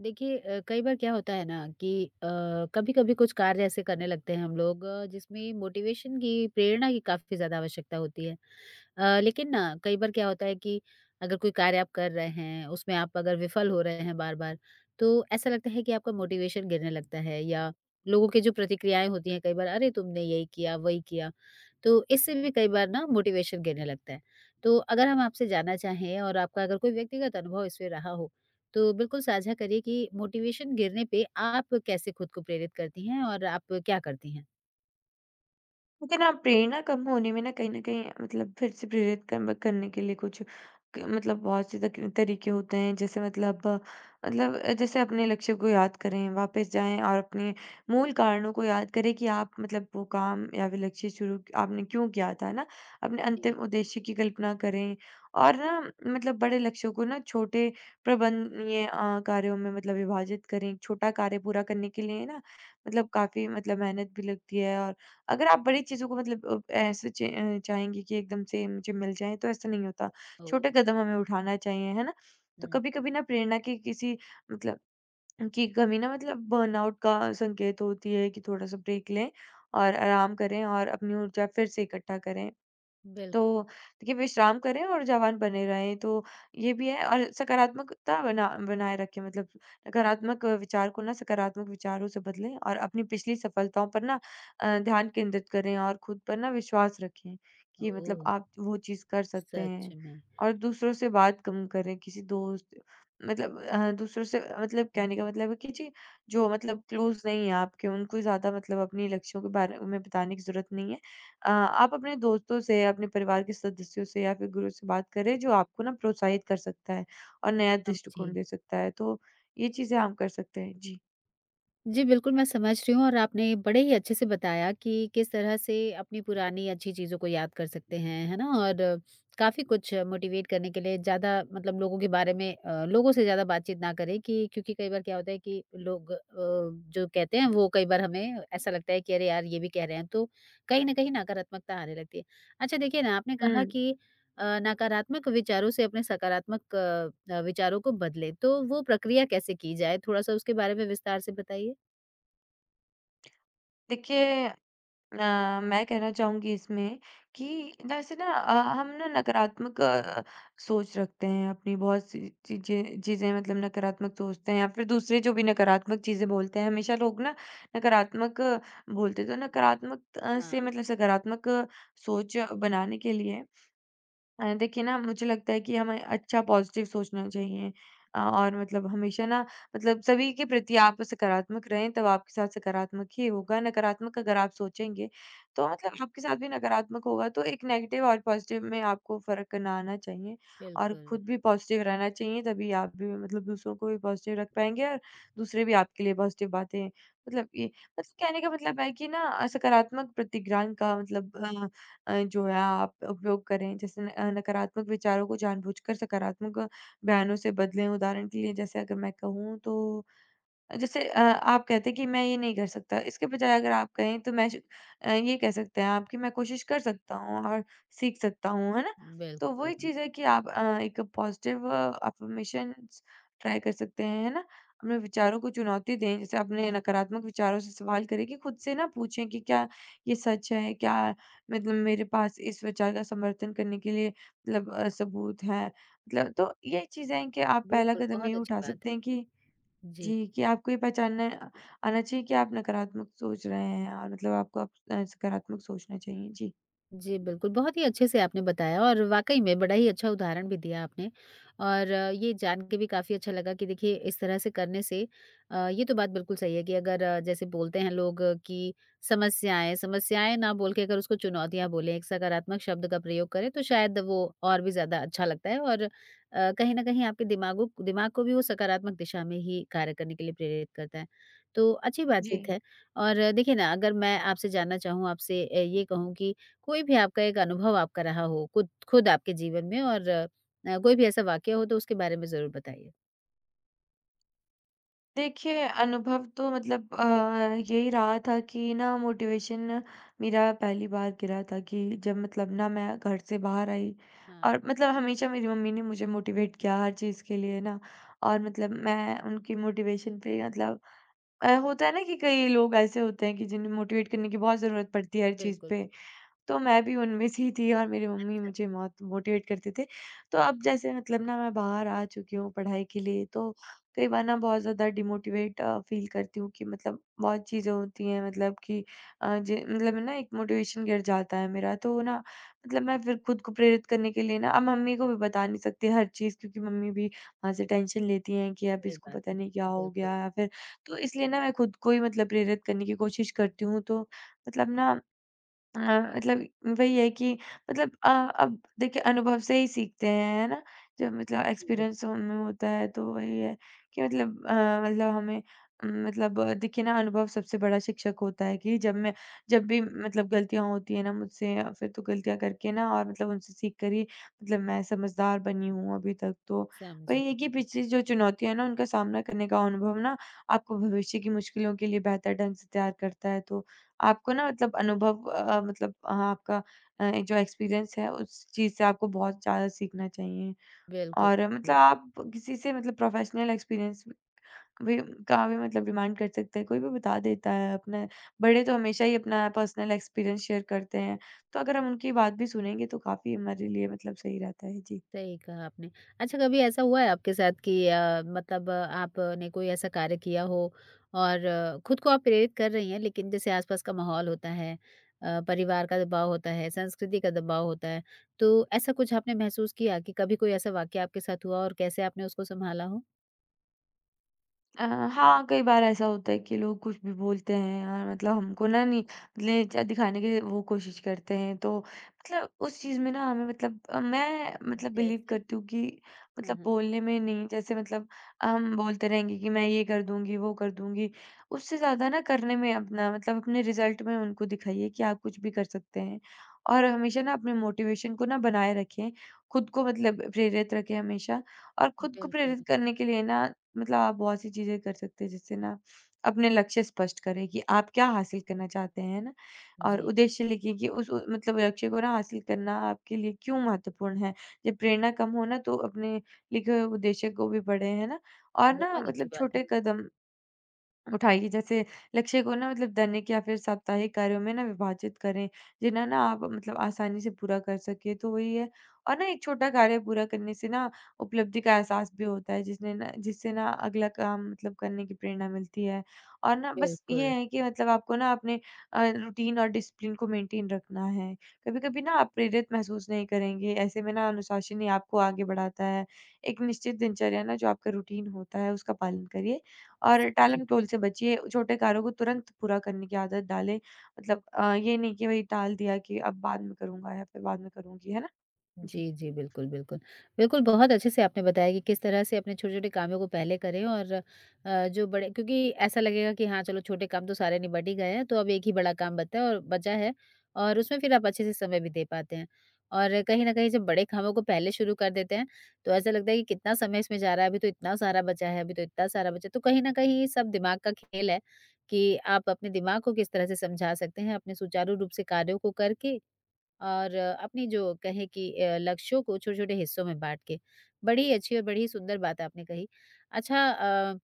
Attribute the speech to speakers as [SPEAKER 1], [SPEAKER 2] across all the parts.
[SPEAKER 1] देखिए कई बार क्या होता है ना कि कभी कभी कुछ कार्य ऐसे करने लगते हैं हम लोग, जिसमें मोटिवेशन की प्रेरणा की काफी ज्यादा आवश्यकता होती है। लेकिन ना कई बार क्या होता है कि अगर कोई कार्य आप कर रहे हैं उसमें आप अगर विफल हो रहे हैं बार बार, तो ऐसा लगता है कि आपका मोटिवेशन गिरने लगता है, या लोगों के जो प्रतिक्रियाएं होती हैं कई बार, अरे तुमने यही किया वही किया, तो इससे भी कई बार ना मोटिवेशन गिरने लगता है। तो अगर हम आपसे जानना चाहें और आपका अगर कोई व्यक्तिगत अनुभव इसमें रहा हो, तो बिल्कुल साझा करिए कि मोटिवेशन गिरने पे आप कैसे खुद को प्रेरित करती हैं और आप क्या करती हैं?
[SPEAKER 2] लेकिन ना प्रेरणा कम होने में ना कहीं न कहीं फिर से प्रेरित कर करने के लिए कुछ क मतलब बहुत से तक तरीके होते हैं। जैसे मतलब अ, जैसे अपने लक्ष्य को याद करें, वापस जाएँ और अपने मूल कारणों को याद करें कि आप वो काम या फिर लक्ष्य शुरू आपने क्यों किया था, है ना? अपने अंतिम
[SPEAKER 1] जी।
[SPEAKER 2] उद्देश्य की कल्पना करें, और ना बड़े लक्ष्यों को ना छोटे प्रबंधनीय कार्यों में विभाजित करें। छोटा कार्य पूरा करने के लिए ना काफ़ी मेहनत भी लगती है। और अगर आप बड़ी चीज़ों को ऐसे चाहेंगे कि एकदम से मुझे मिल जाएँ, तो ऐसा नहीं होता। छोटे
[SPEAKER 1] ओह!
[SPEAKER 2] कदम हमें उठाना चाहिए, है ना? तो
[SPEAKER 1] हुँ।
[SPEAKER 2] कभी-कभी ना प्रेरणा की किसी मतलब की कमी ना बर्नआउट का संकेत होती है, कि थोड़ा-सा ब्रेक लें और आराम करें और अपनी ऊर्जा फिर से इकट्ठा करें। तो
[SPEAKER 1] बिल्क
[SPEAKER 2] देखिए, विश्राम करें और जवान बने रहें, तो ये भी है। और सकारात्मकता बनाए रखें। नकारात्मक विचार को ना सकारात्मक विचारों से बदलें, और अपनी पिछली सफलताओं पर ना ध्यान केंद्रित करें, और खुद पर ना विश्वास रखें कि
[SPEAKER 1] ओह!
[SPEAKER 2] आप वो चीज़ कर सकते
[SPEAKER 1] सच
[SPEAKER 2] हैं।
[SPEAKER 1] में।
[SPEAKER 2] और दूसरों से बात कम करें, किसी दोस्त दूसरों से कहने का मतलब है कि जी, जो क्लोज़ नहीं है आपके, उनको ज़्यादा अपने लक्ष्यों के बारे में बताने की ज़रूरत नहीं है। आप अपने दोस्तों से, अपने परिवार के सदस्यों से, या फिर गुरु से बात करें, जो आपको ना प्रोत्साहित कर सकता है और नया
[SPEAKER 1] समझी।
[SPEAKER 2] दृष्टिकोण दे सकता है। तो ये चीज़ें हम कर सकते हैं। जी।
[SPEAKER 1] जी, बिल्कुल मैं समझ रही हूँ, और आपने बड़े ही अच्छे से बताया कि किस तरह से अपनी पुरानी अच्छी चीज़ों को याद कर सकते हैं, है ना? और काफ़ी कुछ मोटिवेट करने के लिए ज़्यादा मतलब लोगों के बारे में, लोगों से ज़्यादा बातचीत ना करें कि, क्योंकि कई बार क्या होता है कि लोग जो कहते हैं वो कई बार हमें ऐसा लगता है कि अरे यार! ये भी कह रहे हैं, तो कहीं न कहीं नकारात्मकता आने लगती है। अच्छा देखिए ना, आपने कहा
[SPEAKER 2] हुँ।
[SPEAKER 1] कि नकारात्मक विचारों से अपने सकारात्मक विचारों को बदलें, तो वो प्रक्रिया कैसे की जाए? थोड़ा-सा उसके बारे में विस्तार से बताइए।
[SPEAKER 2] देखिए, मैं कहना चाहूँगी इसमें कि जैसे ना हम ना नकारात्मक सोच रखते हैं अपनी बहुत सी चीज़ें चीज़ें नकारात्मक सोचते हैं, या फिर दूसरे जो भी नकारात्मक चीज़ें बोलते हैं, हमेशा लोग ना नकारात्मक बोलते हैं। तो नकारात्मक से
[SPEAKER 1] हाँ,
[SPEAKER 2] सकारात्मक सोच बनाने के लिए देखिए ना, मुझे लगता है कि हमें अच्छा पॉज़िटिव सोचना चाहिए। और हमेशा ना सभी के प्रति आप सकारात्मक रहें, तब आपके साथ सकारात्मक ही होगा। नकारात्मक अगर आप सोचेंगे, तो आपके साथ भी नकारात्मक होगा। तो एक नेगेटिव और पॉज़िटिव में आपको फ़र्क करना आना चाहिए, और
[SPEAKER 1] बिल्कुल,
[SPEAKER 2] खुद भी पॉज़िटिव रहना चाहिए। तभी आप भी दूसरों को भी पॉज़िटिव रख पाएँगे, और दूसरे भी आपके लिए पॉज़िटिव बातें मतलब ये मतलब कहने का मतलब है कि ना सकारात्मक प्रतिग्रहण का मतलब जो है, आप उपयोग करें। जैसे न नकारात्मक विचारों को जानबूझकर सकारात्मक बयानों से बदलें। उदाहरण के लिए, जैसे अगर मैं कहूँ तो जैसे आप कहते हैं कि मैं ये नहीं कर सकता, इसके बजाय अगर आप कहें तो ये कह सकते हैं आप कि मैं कोशिश कर सकता हूँ और सीख सकता हूँ, है ना? तो
[SPEAKER 1] बिल्कुल,
[SPEAKER 2] वही चीज़ है कि आप एक पॉज़िटिव अफ़र्मेशंस ट्राई कर सकते हैं, है ना? अपने विचारों को चुनौती दें, जैसे अपने नकारात्मक विचारों से सवाल करें, कि खुद से ना पूछें कि क्या ये सच है? क्या मेरे पास इस विचार का समर्थन करने के लिए सबूत हैं? तो ये चीज़ें हैं कि आप पहला
[SPEAKER 1] बिल्कुल,
[SPEAKER 2] कदम
[SPEAKER 1] बहुत
[SPEAKER 2] ये
[SPEAKER 1] अच्छी
[SPEAKER 2] उठा
[SPEAKER 1] बात
[SPEAKER 2] सकते
[SPEAKER 1] है।
[SPEAKER 2] हैं कि
[SPEAKER 1] जी।
[SPEAKER 2] जी, कि आपको ये पहचानना आना चाहिए कि आप नकारात्मक सोच रहे हैं, और आपको सकारात्मक सोचना चाहिए। जी।
[SPEAKER 1] जी, बिल्कुल, बहुत ही अच्छे से आपने बताया और वाक़ई में बड़ा ही अच्छा उदाहरण भी दिया आपने, और ये जान के भी काफ़ी अच्छा लगा कि देखिए इस तरह से करने से ये तो बात बिल्कुल सही है कि अगर जैसे बोलते हैं लोग कि समस्याएँ, समस्याएँ ना बोल के अगर उसको चुनौतियाँ बोलें, एक सकारात्मक शब्द का प्रयोग करें, तो शायद वो और भी ज़्यादा अच्छा लगता है, और कहीं न कहीं आपके दिमाग को भी वो सकारात्मक दिशा में ही कार्य करने के लिए प्रेरित करता है। तो अच्छी
[SPEAKER 2] जी।
[SPEAKER 1] बातचीत है। और देखिए ना, अगर मैं आपसे जानना चाहूँ, आपसे ये कहूँ कि कोई भी आपका एक अनुभव आपका रहा हो, खुद खुद आपके जीवन में, और कोई भी ऐसा वाक़या हो तो उसके बारे में ज़रूर बताइए?
[SPEAKER 2] देखिए, अनुभव तो यही रहा था कि ना मोटिवेशन मेरा पहली बार गिरा था, कि जब ना मैं घर से बाहर आई,
[SPEAKER 1] हाँ,
[SPEAKER 2] और हमेशा मेरी मम्मी ने मुझे मोटिवेट किया हर चीज़ के लिए ना, और मैं उनकी मोटिवेशन पे होता है ना कि कई लोग ऐसे होते हैं कि जिन्हें मोटिवेट करने की बहुत ज़रूरत पड़ती है हर चीज़
[SPEAKER 1] बिल्कुल,
[SPEAKER 2] पे। तो मैं भी उनमें से ही थी, और मेरी मम्मी मुझे बहुत मोटिवेट करते थे। तो अब जैसे ना मैं बाहर आ चुकी हूँ पढ़ाई के लिए, तो कई बार ना बहुत ज़्यादा डिमोटिवेट फ़ील करती हूँ कि बहुत चीज़ें होती हैं, मतलब कि अ, जे मतलब ना एक मोटिवेशन गिर जाता है मेरा। तो ना मैं फिर खुद को प्रेरित करने के लिए ना अब मम्मी को भी बता नहीं सकती हर चीज़, क्योंकि मम्मी भी वहाँ से टेंशन लेती हैं कि अब
[SPEAKER 1] सही
[SPEAKER 2] इसको
[SPEAKER 1] बात
[SPEAKER 2] पता
[SPEAKER 1] है।
[SPEAKER 2] नहीं क्या हो
[SPEAKER 1] बिल्कुल,
[SPEAKER 2] गया, या फिर, तो इसलिए ना मैं खुद को ही प्रेरित करने की कोशिश करती हूँ। तो मतलब ना अ, मतलब वही है कि अब देखिए, अनुभव से ही सीखते हैं, है ना? जब
[SPEAKER 1] जी, बिल
[SPEAKER 2] एक्सपीरियंस हमें होता है, तो वही है कि हमें देखिए ना, अनुभव सबसे बड़ा शिक्षक होता है। कि जब भी गलतियाँ होती हैं ना मुझसे, या फिर तो गलतियाँ करके ना, और उनसे सीख कर ही मैं समझदार बनी हूँ अभी तक। तो
[SPEAKER 1] समझी।
[SPEAKER 2] वही है कि पिछली जो चुनौतियाँ हैं ना, उनका सामना करने का अनुभव ना आपको भविष्य की मुश्किलों के लिए बेहतर ढंग से तैयार करता है। तो आपको ना अनुभव हाँ, आपका जो एक्सपीरियंस है, उस चीज़ से आपको बहुत ज़्यादा सीखना चाहिए।
[SPEAKER 1] बिल्कुल,
[SPEAKER 2] और
[SPEAKER 1] बिल्कुल,
[SPEAKER 2] आप किसी से प्रोफेशनल एक्सपीरियंस भी का भी मतलब डिमांड कर सकते हैं। कोई भी बता देता है, अपने बड़े तो हमेशा ही अपना पर्सनल एक्सपीरियंस शेयर करते हैं। तो अगर हम उनकी बात भी सुनेंगे, तो काफ़ी हमारे लिए सही रहता है। जी।
[SPEAKER 1] सही कहा आपने। अच्छा कभी ऐसा हुआ है आपके साथ कि मतलब आपने कोई ऐसा कार्य किया हो और खुद को आप प्रेरित कर रही हैं, लेकिन जैसे आस-पास का माहौल होता है, परिवार का दबाव होता है, संस्कृति का दबाव होता है, तो ऐसा कुछ आपने महसूस किया कि कभी कोई ऐसा वाक़या आपके साथ हुआ और कैसे आपने उसको सँभाला हो?
[SPEAKER 2] अ, हाँ, कई बार ऐसा होता है कि लोग कुछ भी बोलते हैं यार, हमको ना नहीं ले च दिखाने की वो कोशिश करते हैं। तो उस चीज़ में ना मैं बिलीव
[SPEAKER 1] जैसे?
[SPEAKER 2] करती हूँ कि
[SPEAKER 1] हाँ, हाँ।
[SPEAKER 2] बोलने में नहीं। जैसे हम बोलते रहेंगे कि मैं ये कर दूँगी, वो कर दूँगी। उससे ज़्यादा ना करने में, अपना मतलब अपने रिज़ल्ट में उनको दिखाइए कि आप कुछ भी कर सकते हैं। और हमेशा ना अपने मोटिवेशन को ना बनाए रखें, खुद को प्रेरित रखें हमेशा। और खुद को
[SPEAKER 1] बिल्कुल,
[SPEAKER 2] प्रेरित करने के लिए ना आप बहुत सी चीज़ें कर सकते हैं, जिससे ना अपने लक्ष्य स्पष्ट करें कि आप क्या हासिल करना चाहते हैं, है ना? और
[SPEAKER 1] जी,
[SPEAKER 2] उद्देश्य लिखिए कि उस उ मतलब लक्ष्य को ना हासिल करना आपके लिए क्यों महत्वपूर्ण है। जब प्रेरणा कम हो ना, तो अपने लिखे हुए उद्देश्य को भी पढ़ें, है ना? और ना
[SPEAKER 1] बहुत अच्छी बात है।
[SPEAKER 2] छोटे कदम उठाइए, जैसे लक्ष्य को ना दैनिक या फिर साप्ताहिक कार्यों में ना विभाजित करें, जिन्हें ना आप आसानी से पूरा कर सके, तो वही है। और ना एक छोटा कार्य पूरा करने से ना उपलब्धि का एहसास भी होता है, जिसने ना जिससे ना अगला काम करने की प्रेरणा मिलती है। और ना बस ये
[SPEAKER 1] बिल्कुल,
[SPEAKER 2] है कि आपको ना अपने रूटीन और डिसिप्लिन को मेंटेन रखना है। कभी कभी ना आप प्रेरित महसूस नहीं करेंगे, ऐसे में ना अनुशासन ही आपको आगे बढ़ाता है। एक निश्चित दिनचर्या ना, जो आपका रूटीन होता है, उसका पालन करिए। और
[SPEAKER 1] सच
[SPEAKER 2] टालम-टोल से बचिए, छोटे कार्यों को तुरंत पूरा करने की आदत डालें। ये नहीं कि वही टाल दिया कि अब बाद में करूँगा, या फिर बाद में करूँगी, है ना? जी।
[SPEAKER 1] जी, जी। बिल्कुल, बिल्कुल। बिल्कुल, बहुत अच्छे से आपने बताया कि किस तरह से अपने छोटे-छोटे कामों को पहले करें, और जो बड़े, क्योंकि ऐसा लगेगा कि हाँ, चलो छोटे काम तो सारे निबट ही गए हैं, तो अब एक ही बड़ा काम बचा है और बचा है, और उसमें फिर आप अच्छे से समय भी दे पाते हैं। और कहीं न कहीं जब बड़े कामों को पहले शुरू कर देते हैं, तो ऐसा लगता है कि कितना समय इसमें जा रहा है, अभी तो इतना सारा बचा है, अभी तो इतना सारा बचा है। तो कहीं न कहीं ये सब दिमाग का खेल है कि आप अपने दिमाग को किस तरह से समझा सकते हैं, अपने सुचारू रूप से कार्यों को करके और अपनी जो कहे कि लक्ष्यों को छोटे-छोटे हिस्सों में बाँट के। बड़ी अच्छी और बड़ी ही सुंदर बात आपने कही। अच्छा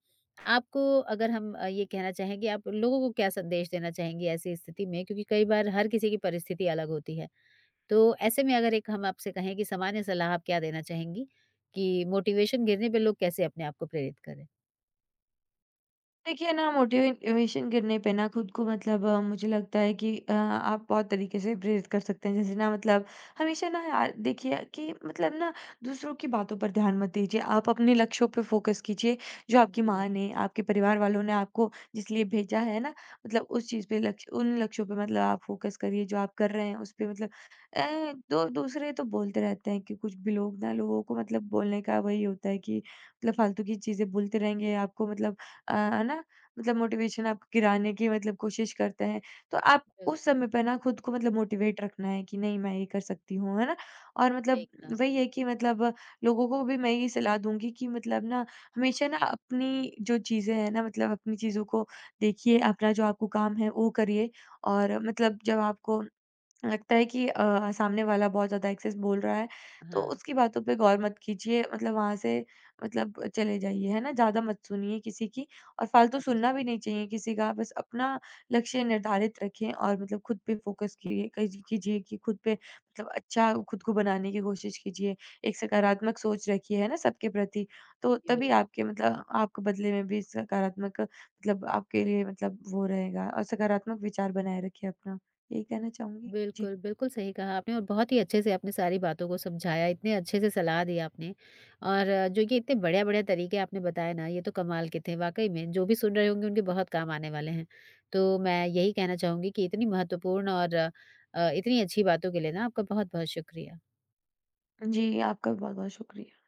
[SPEAKER 1] आपको अगर हम ये कहना चाहें कि आप लोगों को क्या संदेश देना चाहेंगी ऐसी स्थिति में? क्योंकि कई बार हर किसी की परिस्थिति अलग होती है। तो ऐसे में अगर एक हम आपसे कहें कि सामान्य सलाह आप क्या देना चाहेंगी कि मोटिवेशन गिरने पे लोग कैसे अपने आप को प्रेरित करें?
[SPEAKER 2] देखिए ना, मोटिवेशन करने पे ना खुद को मतलब अ, मुझे लगता है कि आप बहुत तरीके से प्रेरित कर सकते हैं। जैसे ना हमेशा ना यार, देखिए कि ना दूसरों की बातों पर ध्यान मत दीजिए, आप अपने लक्ष्यों पे फोकस कीजिए। जो आपकी
[SPEAKER 1] जी,
[SPEAKER 2] माँ ने, आपके परिवार वालों ने आपको जिस लिए भेजा है ना, उस चीज पे, लक्ष्य उन लक्ष्यों पे आप फोकस करिए, जो आप कर रहे हैं उस पे। दो दूसरे तो बोलते रहते हैं, कि कुछ भी, लोगों को बोलने का वही होता है कि फालतू की चीजें बोलते रहेंगे आपको, है ना? मोटिवेशन आप गिराने की कोशिश करते हैं। तो आप उस
[SPEAKER 1] बिल्कुल,
[SPEAKER 2] समय पे ना खुद को मोटिवेट रखना है कि नहीं, मैं ये कर सकती हूँ, है ना? और
[SPEAKER 1] सही कहा।
[SPEAKER 2] वही है कि लोगों को भी मैं ये सलाह दूँगी कि ना हमेशा ना अपनी जो चीज़ें हैं ना, अपनी चीज़ों को देखिए, अपना जो आपको काम है वो करिए। और जब आपको लगता है कि सामने वाला बहुत ज़्यादा एक्सेस बोल रहा है, तो
[SPEAKER 1] हाँ,
[SPEAKER 2] उसकी बातों पे गौर मत कीजिए। वहाँ से चले जाइए, है ना? ज़्यादा मत सुनिए किसी की, और फालतू
[SPEAKER 1] समझी।
[SPEAKER 2] सुनना भी नहीं चाहिए किसी का। बस अपना लक्ष्य निर्धारित रखें, और खुद पे फ़ोकस किए कीजि कीजिए, कि खुद पे अच्छा खुद को बनाने की कोशिश कीजिए। एक सकारात्मक सोच रखिए, है ना, सबके प्रति। तो
[SPEAKER 1] जी,
[SPEAKER 2] तभी
[SPEAKER 1] बिल्कुल।
[SPEAKER 2] आपके मतलब आपको बदले में भी सकारात्मक आपके लिए वो रहेगा, और सकारात्मक विचार बनाए रखिए अपना। यही कहना चाहूँगी। जी,
[SPEAKER 1] बिल्कुल, बिल्कुल सही कहा आपने और बहुत ही अच्छे से आपने सारी बातों को समझाया, इतने अच्छे से सलाह दी आपने, और जो ये इतने बढ़िया-बढ़िया तरीके आपने बताए ना, ये तो कमाल के थे। वाक़ई में जो भी सुन रहे होंगे उनके बहुत काम आने वाले हैं। तो मैं यही कहना चाहूँगी कि इतनी महत्वपूर्ण और इतनी अच्छी बातों के लिए ना आपका बहुत-बहुत शुक्रिया।
[SPEAKER 2] जी आपका भी बहुत-बहुत शुक्रिया।